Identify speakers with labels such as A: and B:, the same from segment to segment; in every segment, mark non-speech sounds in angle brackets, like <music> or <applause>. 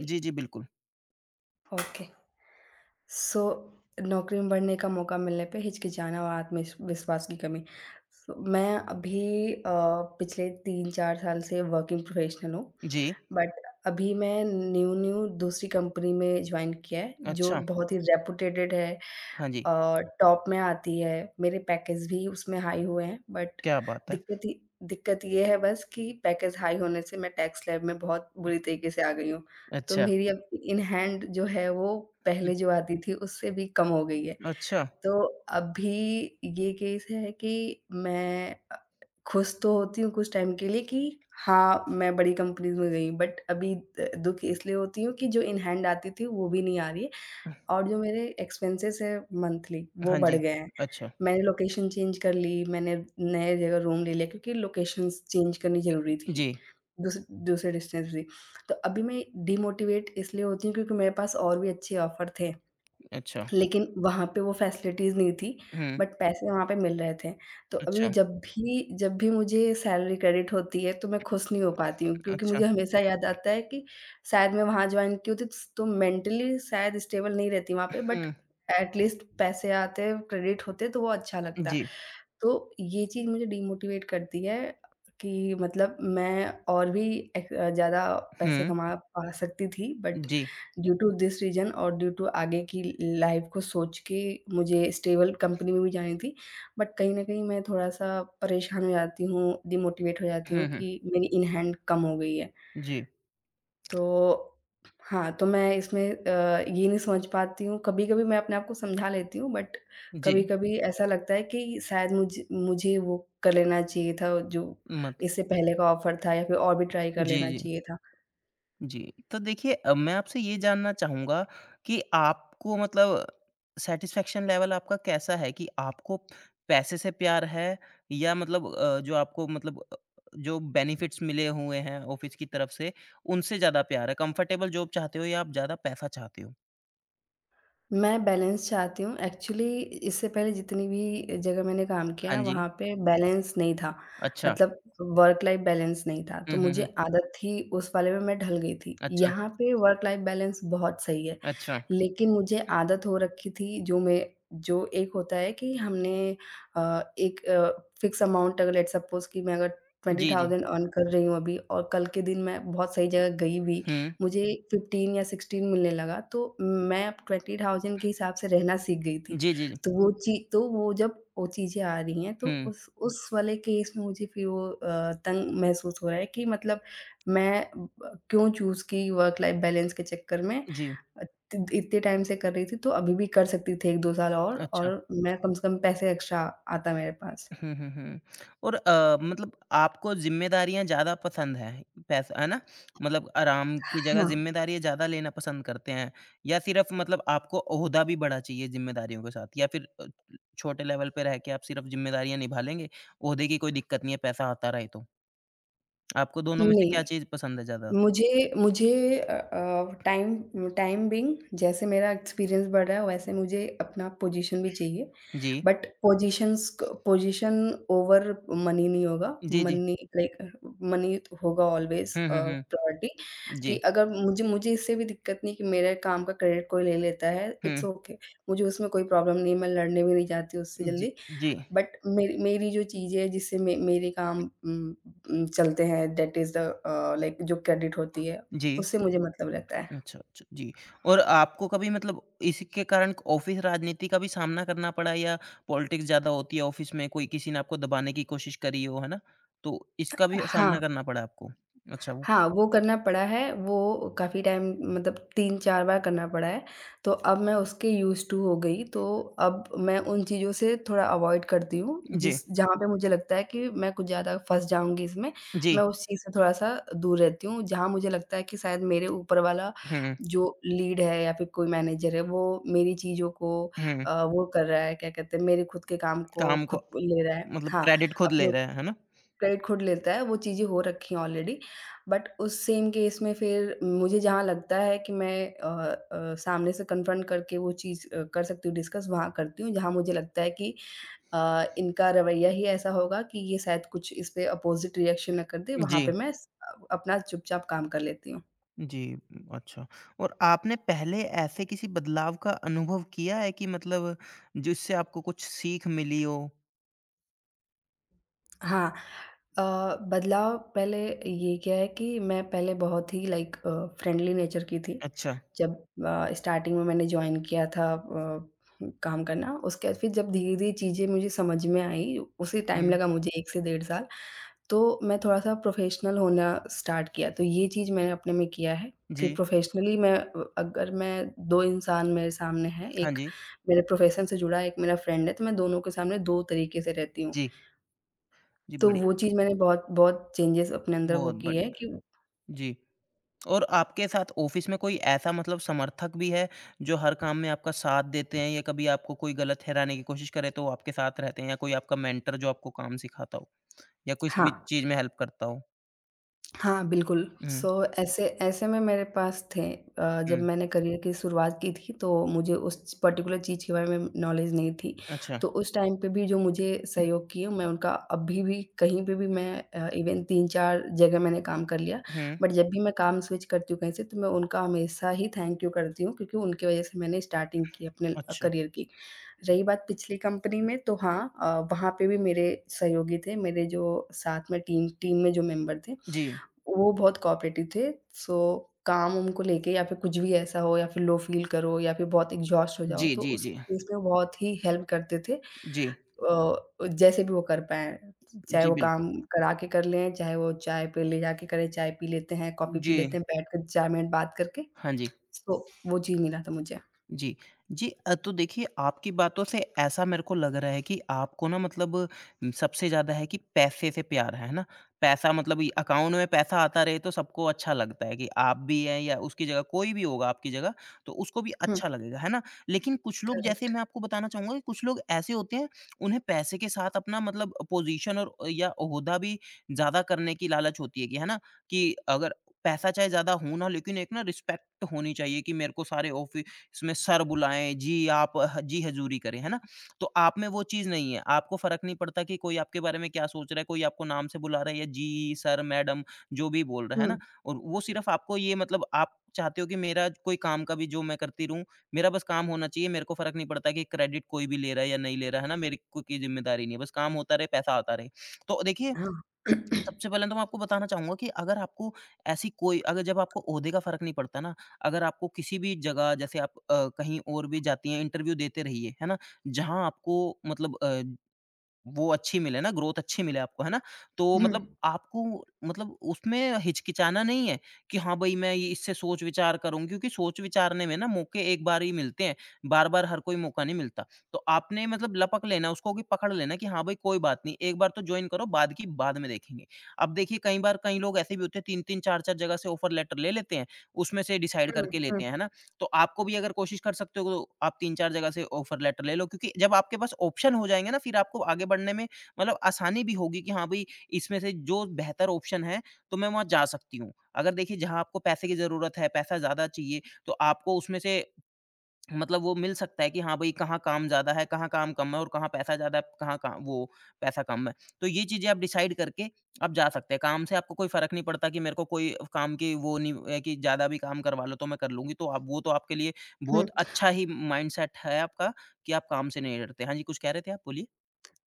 A: जी, जी, बिल्कुल।
B: ओके। सो नौकरी में बढ़ने का मौका मिलने पे हिचकिचाना और आत्मविश विश्वास की कमी। सो मैं अभी पिछले 3-4 साल से वर्किंग प्रोफेशनल हूँ,
A: जी।
B: बट अभी मैं न्यू-न्यू दूसरी कंपनी में जॉइन किया है, जो
A: अच्छा,
B: बहुत ही रेपुटेटेड है,
A: हाँ जी,
B: टॉप में आती है, मेरे पैकेज भी उसमें हाई हुए हैं। बट
A: क्या बात है!
B: दिक्कत ये दिक्कत ये है बस कि पैकेज हाई होने से मैं टैक्स स्लैब में बहुत बुरी तरीके से आ गई हूँ। तो
A: अच्छा,
B: मेरी अब इन हैंड जो है वो पहले जो आती थी उससे भी कम हो गई है।
A: अच्छा,
B: तो अभी ये केस है कि मैं खुश तो होती हूँ कुछ टाइम के लिए कि हाँ, मैं बड़ी कंपनीज़ में गई, बट अभी दुःख इसलिए होती हूँ कि जो इन हैंड आती थी वो भी नहीं आ रही है। और जो मेरे एक्सपेंसेस हैं, मंथली वो
A: हाँ
B: बढ़
A: जी,
B: गए हैं।
A: अच्छा,
B: मैंने लोकेशन चेंज कर ली, मैंने नए जगह रूम ले लिया क्योंकि लोकेशंस चेंज करनी ज़रूरी थी,
A: जी,
B: दूस दूसरे डिस्टेंस भी। तो अभी मैं डिमोटिवेट इसलिए होती हूँ क्योंकि मेरे पास और भी अच्छे ऑफ़र थे।
A: अच्छा,
B: लेकिन वहाँ पे वो फैसिलिटीज़ नहीं थी,
A: हुँ,
B: बट पैसे वहाँ पे मिल रहे थे। तो अभी
A: अच्छा,
B: जब भी मुझे सैलरी क्रेडिट होती है, तो मैं खुश नहीं हो पाती हूँ क्योंकि
A: अच्छा,
B: मुझे हमेशा याद आता है कि शायद मैं वहाँ जॉइन की होती तो मेंटली शायद स्टेबल नहीं रहती वहाँ पे, बट
A: हुँ,
B: एट लीस्ट पैसे आते, क्रेडिट होते तो वो अच्छा लगता।
A: जी,
B: तो ये चीज़ मुझे डीमोटिवेट करती है कि मतलब मैं और भी एक ज़्यादा पैसे
A: हुँ,
B: कमा पा सकती थी, बट
A: जी,
B: ड्यू टू दिस रीज़न और ड्यू टू आगे की लाइफ़ को सोच के मुझे स्टेबल कंपनी में भी जानी थी, बट कहीं न कहीं मैं थोड़ा-सा परेशान हो जाती हूँ, डीमोटिवेट हो जाती
A: हुँ,
B: हूँ
A: हुँ,
B: कि मेरी इन हैंड कम हो गई है।
A: जी,
B: तो हाँ, तो मैं इसमें ये नहीं समझ पाती हूँ, कभी-कभी मैं अपने आप को समझा लेती हूँ, बट
A: जी,
B: कभी-कभी ऐसा लगता है कि शायद मुझे वो कर लेना चाहिए था जो
A: मत
B: इससे पहले का ऑफ़र था या फिर और भी ट्राई कर
A: जी,
B: लेना
A: जी।
B: चाहिए था।
A: जी, तो देखिए मैं आपसे ये जानना चाहूँगा कि आपको मतलब सैटिस्फैक्शन लेवल आपका कैसा है कि आपको पैसे से प्यार है या मतलब जो आपको मतलब जो बेनिफिट्स मिले हुए हैं ऑफ़िस की तरफ से, उनसे ज़्यादा प्यार है? कम्फ़र्टेबल जॉब चाहते हो या आप ज़्यादा पैसा चाहते हो?
B: मैं बैलेंस चाहती हूँ, एक्चुअली इससे पहले जितनी भी जगह मैंने काम
A: हाँ
B: किया
A: जी,
B: वहाँ पे बैलेंस नहीं था,
A: अच्छा।
B: मतलब वर्क लाइफ़ बैलेंस नहीं था,
A: हुँ,
B: तो
A: हुँ,
B: मुझे
A: हुँ।
B: आदत थी उस वाले में मैं ढल गई थी।
A: अच्छा,
B: यहाँ पे वर्क लाइफ़ बैलेंस बहुत सही है।
A: अच्छा।
B: लेकिन मुझे आदत हो रखी थी जो मैं जो एक होता है कि हमने एक फ़िक्स अमाउंट, अगर लेट्स सपोज़ कि मैं अगर
A: जी, जी।
B: 20,000 अर्न कर रही हूँ अभी और कल के दिन मैं बहुत सही जगह गई भी,
A: हुँ।
B: मुझे 15 या 16 मिलने लगा तो मैं अब 20,000 के हिसाब से रहना सीख गई थी।
A: जी, जी, जी।
B: तो वो ची तो वो, जब वो चीज़ें आ रही हैं, तो
A: हुँ,
B: उस वाले केस में मुझे फिर वो तंग महसूस हो रहा है कि मतलब मैं ब क्यों चूज़ की वर्क लाइफ़ बैलेंस के चक्कर में
A: जी,
B: अ, इत इतने टाइम से कर रही थी, तो अभी भी कर सकती थी 1-2 साल और
A: अच्छा।
B: मैं कम से कम पैसे एक्स्ट्रा आता मेरे पास।
A: हुँ, हुँ, हुँ। और मतलब आपको ज़िम्मेदारियाँ ज़्यादा पसंद हैं, पैसा है ना? मतलब आराम की जगह
B: हाँ,
A: ज़िम्मेदारियाँ ज़्यादा लेना पसंद करते हैं या सिर्फ़ मतलब आपको ओहदा भी बड़ा चाहिए ज़िम्मेदारियों के साथ या फिर छोटे लेवल पे रह के आप सिर्फ़ ज़िम्मेदारियाँ निभा लेंगे, ओहदे की कोई दिक्कत नहीं है, पैसा आता रहे तो? आपको दोनों में से
B: नहीं
A: क्या चीज़ पसंद है ज़्यादा?
B: मुझे मुझे टाइम टाइम बीइंग, जैसे मेरा एक्सपीरियंस बढ़ रहा है वैसे मुझे अपना पोजीशन भी चाहिए।
A: जी।
B: बट पोजीशंस क पोजीशन ओवर मनी नहीं होगा।
A: जी, जी।
B: मनी, लाइक, मनी होगा ऑलवेज़
A: हुँ, हुँ, हुँ।
B: प्रायोरिटी। कि
A: जी।
B: अगर मुझे मुझे इससे भी दिक्कत नहीं कि मेरे काम का क्रेडिट कोई ले लेता है, इट्स
A: हुँ।
B: Okay okay। मुझे उसमें कोई प्रॉब्लम नहीं है, मैं लड़ने भी नहीं जाती उससे
A: जी,
B: जल्दी।
A: जी,
B: बट मेरी मेरी जो चीज़ें है जिससे मे मेरे काम उम चलते हैं, दैट इज़ द लाइक, जो क्रेडिट होती है,
A: जी।
B: उससे मुझे मतलब रहता है।
A: अच्छा, अच्छा। जी, और आपको कभी मतलब इसके कारण ऑफ़िस राजनीति का भी सामना करना पड़ा या पॉलिटिक्स ज़्यादा होती है ऑफ़िस में, कोई किसी ने आपको दबाने की कोशिश करी हो, है ना? तो इसका भी
B: हाँ।
A: सामना करना पड़ा आपको? अच्छा वो
B: हाँ, वो करना पड़ा है, वो काफ़ी टाइम, मतलब 3-4 बार करना पड़ा है, तो अब मैं उसके यूज़ टू हो गई, तो अब मैं उन चीज़ों से थोड़ा अवॉइड करती हूँ,
A: जी,
B: जिस जहाँ पे मुझे लगता है कि मैं कुछ ज़्यादा फँस जाऊँगी इसमें,
A: जी।
B: मैं उस चीज़ से थोड़ा-सा दूर रहती हूँ, जहाँ मुझे लगता है कि शायद मेरे ऊपर वाला
A: हुँ,
B: जो लीड है या फिर कोई मैनेजर है, वो मेरी चीज़ों को
A: हुँ।
B: वो कर रहा है, क्या कहते हैं, मेरे खुद के काम को
A: काम को
B: खुद ले रहा है।
A: मतलब
B: हाँ,
A: क्रेडिट खुद
B: अपने
A: ले रहे हैं, है ना?
B: क्रेडिट खुद लेता है, वो चीज़ें हो रखी हैं ऑलरेडी। बट उस सेम केस में फिर मुझे जहाँ लगता है कि मैं सामने से कन्फ्रंट करके वो चीज़ कर सकती हूँ, डिस्कस वहाँ करती हूँ, जहाँ मुझे लगता है कि इनका रवैया ही ऐसा होगा कि ये शायद कुछ इस पे अपोज़िट रिएक्शन ना कर दे, वहाँ
A: जी,
B: पे मैं स अपना चुपचाप काम कर लेती हूँ।
A: जी, अच्छा। और आपने पहले ऐसे किसी बदलाव का अनुभव किया है कि मतलब जिससे आपको कुछ सीख मिली हो?
B: हाँ। अ, बदलाव पहले ये क्या है कि मैं पहले बहुत ही लाइक फ्रेंडली नेचर की थी।
A: अच्छा।
B: जब स्टार्टिंग में मैंने जॉइन किया था काम करना, उसके बाद फिर जब धीरे-धीरे चीज़ें मुझे समझ में आई, उसी टाइम
A: हुँ,
B: लगा मुझे 1 से डेढ़ साल, तो मैं थोड़ा-सा प्रोफ़ेशनल होना स्टार्ट किया। तो ये चीज़ मैंने अपने में किया है कि
A: जी।
B: प्रोफ़ेशनली मैं अगर मैं 2 इंसान मेरे सामने हैं,
A: हाँ
B: एक
A: जी।
B: मेरे प्रोफ़ेशन से जुड़ा है, एक मेरा फ्रेंड है, तो मैं दोनों के सामने 2 तरीके से रहती हूँ।
A: जी, जी,
B: तो
A: बड़ी
B: वो चीज़ मैंने बहुत बहुत चेंजेज़ अपने अंदर वो
A: बहुत
B: की
A: बढ़िया,
B: है कि
A: जी। और आपके साथ ऑफ़िस में कोई ऐसा मतलब समर्थक भी है, जो हर काम में आपका साथ देते हैं या कभी आपको कोई गलत ठहराने की कोशिश करे तो वो आपके साथ रहते हैं या कोई आपका मेंटर जो आपको काम सिखाता हो या किसी भी
B: हाँ।
A: चीज़ में हेल्प करता हो?
B: हाँ, बिल्कुल।
A: हुँ,
B: सो ऐसे ऐसे में मेरे पास थे जब
A: हुँ,
B: मैंने करियर की शुरुआत की थी तो मुझे उस पर्टिकुलर चीज़ के बारे में नॉलेज नहीं थी।
A: अच्छा।
B: तो उस टाइम पे भी जो मुझे सहयोग किए, मैं उनका अभी भी कहीं पे भी मैं इवन 3-4 जगह मैंने काम कर लिया।
A: हुँ,
B: बट जब भी मैं काम स्विच करती हूँ कहीं से तो मैं उनका हमेशा ही थैंक यू करती हूँ क्योंकि उनकी वज़ह से मैंने स्टार्टिंग की अपने
A: अच्छा।
B: करियर की। रही बात पिछली कंपनी में तो हाँ, वहाँ पे भी मेरे सहयोगी थे, मेरे जो साथ में टीम टीम में जो मेंबर थे।
A: जी।
B: वो बहुत कोऑपरेटिव थे, सो काम को लेके या फिर कुछ भी ऐसा हो या फिर लो फ़ील करो या फिर बहुत एग्ज़ॉस्ट हो जाओ,
A: जी,
B: तो
A: जी,
B: उस
A: जी।
B: केस में वो बहुत ही हेल्प करते थे।
A: जी,
B: जैसे भी वो कर पाएँ, चाहे
A: जी,
B: वो
A: बिल्कुल।
B: काम करा के कर लें, चाहे वो चाय पे ले जाके करें, चाय पी लेते हैं, कॉफ़ी पी
A: जी,
B: लेते हैं, बैठकर 4 मिनट बात करके।
A: हाँ जी।
B: सो वो चीज़ मिला था मुझे।
A: जी। जी तो देखिए आपकी बातों से ऐसा मेरे को लग रहा है कि आपको ना मतलब सबसे ज़्यादा है कि पैसे से प्यार है ना? पैसा मतलब ये अकाउंट में पैसा आता रहे तो सबको अच्छा लगता है कि आप भी हैं या उसकी जगह कोई भी होगा आपकी जगह, तो उसको भी
B: हुँ,
A: अच्छा लगेगा, है ना? लेकिन कुछ लोग जैसे
B: करेक्ट।
A: मैं आपको बताना चाहूँगा कि कुछ लोग ऐसे होते हैं, उन्हें पैसे के साथ अपना मतलब पोज़ीशन और या ओहदा भी ज़्यादा करने की लालच होती है कि है ना? कि अगर पैसा चाहे ज़्यादा हो ना लेकिन एक ना रिस्पेक्ट होनी चाहिए कि मेरे को सारे ऑफि इसमें सर बुलाएँ, जी आप ह जी हज़ूरी करें, है ना? तो आप में वो चीज़ नहीं है, आपको फ़र्क नहीं पड़ता कि कोई आपके बारे में क्या सोच रहा है, कोई आपको नाम से बुला रहा है या जी, सर, मैडम जो भी बोल रहा है
B: हुँ,
A: ना? और वो सिर्फ़ आपको ये मतलब आप चाहते हो कि मेरा कोई काम का भी जो मैं करती रहूँ, मेरा बस काम होना चाहिए, मेरे को फ़र्क नहीं पड़ता कि क्रेडिट कोई भी ले रहा है या नहीं ले रहा है ना? मेरी कोई की ज़िम्मेदारी नहीं है, बस काम होता रहे, पैसा आता रहे। तो देखिए
B: हाँ। <clears throat>
A: सबसे पहले तो मैं आपको बताना चाहूँगा कि अगर आपको ऐसी कोई अगर जब आपको ओहदे का फ़र्क नहीं पड़ता ना, अगर आपको किसी भी जगह जैसे आप कहीं और भी जाती हैं, इंटरव्यू देते रहिए, है ना? जहाँ आपको मतलब वो अच्छी मिले ना, ग्रोथ अच्छी मिले आपको, है ना? तो
B: हुँ,
A: मतलब आपको मतलब उसमें हिचकिचाना नहीं है कि हाँ भई, मैं ये इससे सोच-विचार करूँगी क्योंकि सोच-विचारने में ना मौके एक बार ही मिलते हैं, बार-बार हर कोई मौका नहीं मिलता। तो आपने मतलब लपक लेना उसको कि पकड़ लेना कि हाँ भई, कोई बात नहीं, एक बार तो जॉइन करो, बाद की बाद में देखेंगे। अब देखिए कई बार कई लोग ऐसे भी होते हैं 3-3 4-4 जगह से ऑफ़र लेटर ले लेते हैं, उसमें से डिसाइड
B: हुँ,
A: करके लेते
B: हुँ,
A: हैं, है ना? तो आपको भी अगर कोशिश कर सकते हो तो आप 3-4 जगह से ऑफर लेटर ले लो क्योंकि जब आपके पास ऑप्शन हो जाएँगे ना फिर आपको आगे बढ़ने में मतलब आसानी भी होगी कि हाँ, भई इसमें से जो बेहतर ऑप्शन है तो मैं वहाँ जा सकती हूँ। अगर देखिए जहाँ आपको पैसे की ज़रूरत है, पैसा ज़्यादा चाहिए तो आपको उसमें से मतलब वो मिल सकता है कि हाँ भाई कहाँ काम ज़्यादा है, कहाँ काम कम है और कहाँ पैसा ज़्यादा है, कहाँ का वो पैसा कम है। तो ये चीज़ें आप डिसाइड करके आप जा सकते हैं। काम से आपको कोई फ़र्क नहीं पड़ता कि मेरे को कोई काम की वो नहीं है कि ज़्यादा भी काम करवा लो तो मैं कर लूँगी। तो आप वो तो आपके लिए
B: हुँ।
A: बहुत अच्छा ही माइंडसेट है आपका कि आप काम से नहीं डरते। हाँ जी, कुछ कह रहे थे आप? बोलिए।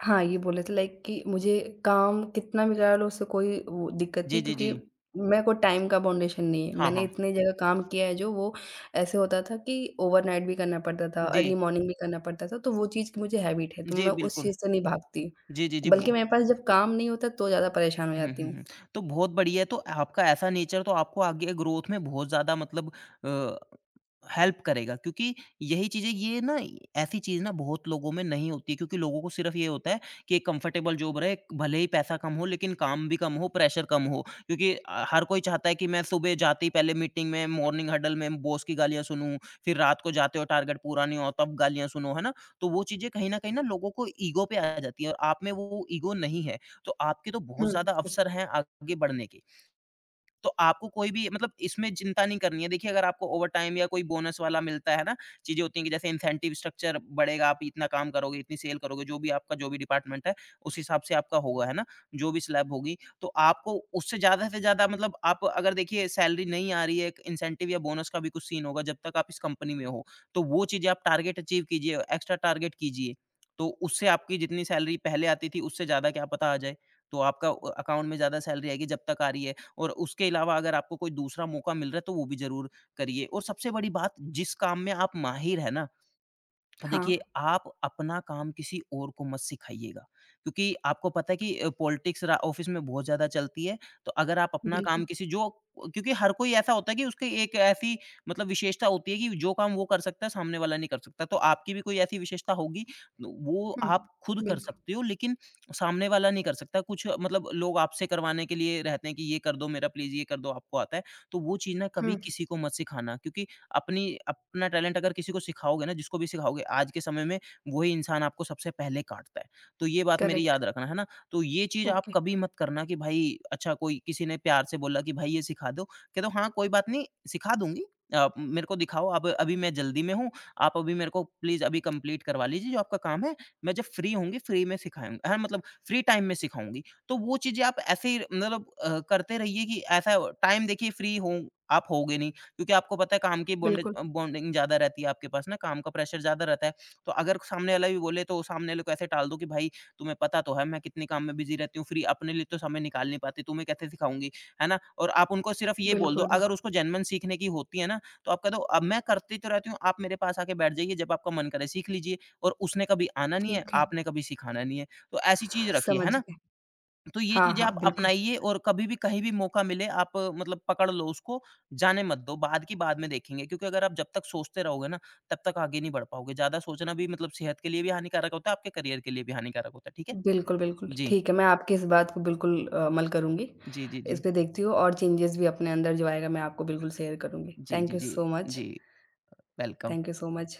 B: हाँ, ये बोले थे लाइक कि मुझे काम कितना भी करा लो उससे कोई वो दिक्कत
A: जी,
B: नहीं
A: जी, जी।
B: क्योंकि मेरे को टाइम का बाउंडेशन नहीं है।
A: हाँ,
B: मैंने
A: हाँ।
B: इतनी जगह काम किया है जो वो ऐसे होता था कि ओवरनाइट भी करना पड़ता था,
A: जी।
B: अर्ली मॉर्निंग भी करना पड़ता था, तो वो चीज़ की मुझे हैबिट है, तो
A: जी,
B: मैं उस
A: बिल्कुल।
B: चीज़ से नहीं भागती।
A: जी, जी, जी। बो
B: बल्कि मेरे पास जब काम नहीं होता तो ज़्यादा परेशान हो
A: हुँ,
B: जाती
A: हुँ,
B: हूँ।
A: हुँ। तो बहुत बढ़िया है, तो आपका ऐसा नेचर तो आपको आगे ग्रोथ में बहुत ज़्यादा मतलब अ, हेल्प करेगा क्योंकि यही चीज़ें ये ना ऐसी चीज़ ना बहुत लोगों में नहीं होती है क्योंकि लोगों को सिर्फ़ ये होता है कि एक कंफर्टेबल जॉब रहे, भले ही पैसा कम हो लेकिन काम भी कम हो, प्रेशर कम हो। क्योंकि हर कोई चाहता है कि मैं सुबह जाते ही पहले मीटिंग में, मॉर्निंग हडल में बॉस की गालियाँ सुनूँ, फिर रात को जाते हुए टारगेट पूरा नहीं हुआ तब गालियाँ सुनो, है ना? तो वो चीज़ें कहीं न कहीं ना लोगों को ईगो पे आ जाती है और आप में वो ईगो नहीं है। तो आपके तो बहुत
B: हुँ,
A: ज़्यादा
B: हुँ,
A: अवसर हैं आगे बढ़ने के। तो आपको कोई भी मतलब इसमें चिंता नहीं करनी है। देखिए, अगर आपको ओवरटाइम या कोई बोनस वाला मिलता है ना, चीज़ें होती हैं कि जैसे इंसेंटिव स्ट्रक्चर बढ़ेगा, आप इतना काम करोगे, इतनी सेल करोगे, जो भी आपका जो भी डिपार्टमेंट है, उस हिसाब से आपका होगा, है ना? जो भी स्लैब होगी, तो आपको उससे ज़्यादा से ज़्यादा मतलब आप अगर देखिए सैलरी नहीं आ रही है, एक इंसेंटिव या बोनस का भी कुछ सीन होगा जब तक आप इस कंपनी में हो। तो वो चीज़ें आप टारगेट अचीव कीजिए, एक्स्ट्रा टारगेट कीजिए। तो उससे आपकी जितनी सैलरी पहले आती थी, उससे ज़्यादा क्या पता आ जाए। तो आपका अकाउंट में ज़्यादा सैलरी आएगी जब तक आ रही है। और उसके अलावा अगर आपको कोई दूसरा मौका मिल रहा है तो वो भी ज़रूर करिए। और सबसे बड़ी बात जिस काम में आप माहिर हैं ना तो
B: हाँ,
A: देखिए, आप अपना काम किसी और को मत सिखाइएगा, क्योंकि आपको पता है कि पॉलिटिक्स रा ऑफ़िस में बहुत ज़्यादा चलती है, तो अगर आप अपना काम
B: बिल्कुल।
A: किसी जो क्योंकि हर कोई ऐसा होता है कि उसकी एक ऐसी मतलब विशेषता होती है कि जो काम वो कर सकता है, सामने वाला नहीं कर सकता। तो आपकी भी कोई ऐसी विशेषता होगी, तो वो
B: हुँ,
A: आप खुद कर
B: बिल्कुल।
A: सकते हो, लेकिन सामने वाला नहीं कर सकता। कुछ मतलब लोग आपसे करवाने के लिए रहते हैं कि, "ये कर दो मेरा प्लीज़, ये कर दो, आपको आता है।" तो वो चीज़ ना कभी
B: हुँ,
A: किसी को मत सिखाना क्योंकि अपनी अपना टैलेंट अगर किसी को सिखाओगे ना, जिसको भी सिखाओगे, आज के समय में वही इंसान आपको सबसे पहले काटता है। तो ये बात मेरी
B: करेक्ट।
A: याद रखना, है ना? तो ये चीज़ आप
B: ओके,
A: कभी मत करना कि भाई अच्छा कोई किसी ने प्यार से बोला कि भाई ये सिखा दो, कह दो हाँ, कोई बात नहीं सिखा दूँगी। आप मेरे को दिखाओ अब अभी मैं जल्दी में हूँ, आप अभी मेरे को प्लीज़ अभी कंप्लीट करवा लीजिए जो आपका काम है, मैं जब फ्री होंगी फ्री में सिखाऊँ हाँ, मतलब फ्री टाइम में सिखाऊँगी। तो वो चीज़ें आप ऐसे ही मतलब करते रहिए कि ऐसा टाइम देखिए फ्री हो आप होगे नहीं। क्योंकि आपको पता है काम की
B: बिल्कुल,
A: बॉन्डिंग ज़्यादा रहती है आपके पास ना, काम का प्रेशर ज़्यादा रहता है। तो अगर सामने वाला भी बोले तो सामने वाले को ऐसे टाल दो कि भाई तुम्हें पता तो है मैं कितने काम में बिज़ी रहती हूँ, फ्री अपने लिए तो समय निकाल नहीं पाती, तुम्हें कैसे सिखाऊँगी, है ना? और आप उनको सिर्फ़ ये बोल दो
B: बिल्कुल,
A: अगर
B: बिल्कुल।
A: उसको जेन्युइन सीखने की होती है ना, तो आप कह दो अब मैं करती तो रहती हूँ, आप मेरे पास आके बैठ जाइए, जब आपका मन करे सीख लीजिए और उसने कभी आना नहीं है,
B: ठीक है,
A: आपने कभी सिखाना नहीं है। तो ऐसी चीज़ रखिए, है
B: समझ
A: ना?
B: गए।
A: तो ये
B: हाँ,
A: चीज़ें
B: हाँ,
A: आप
B: बिल्कुल।
A: अपनाइए और कभी भी कहीं भी मौका मिले आप मतलब पकड़ लो उसको, जाने मत दो, बाद की बाद में देखेंगे क्योंकि अगर आप जब तक सोचते रहोगे ना, तब तक आगे नहीं बढ़ पाओगे। ज़्यादा सोचना भी मतलब सेहत के लिए भी हानिकारक होता है, आपके करियर के लिए भी हानिकारक होता है, ठीक है?
B: बिल्कुल, बिल्कुल।
A: जी।
B: ठीक है, मैं आपकी इस बात को बिल्कुल अमल करूँगी।
A: जी, जी,
B: इस
A: जी।
B: पे देखती हूँ और चेंजेस भी अपने अंदर जो आएगा मैं आपको बिल्कुल शेयर करूँगी।
A: जी,
B: थैंक
A: जी,
B: यू
A: जी।
B: सो मच,
A: जी, welcome.
B: Thank you so much.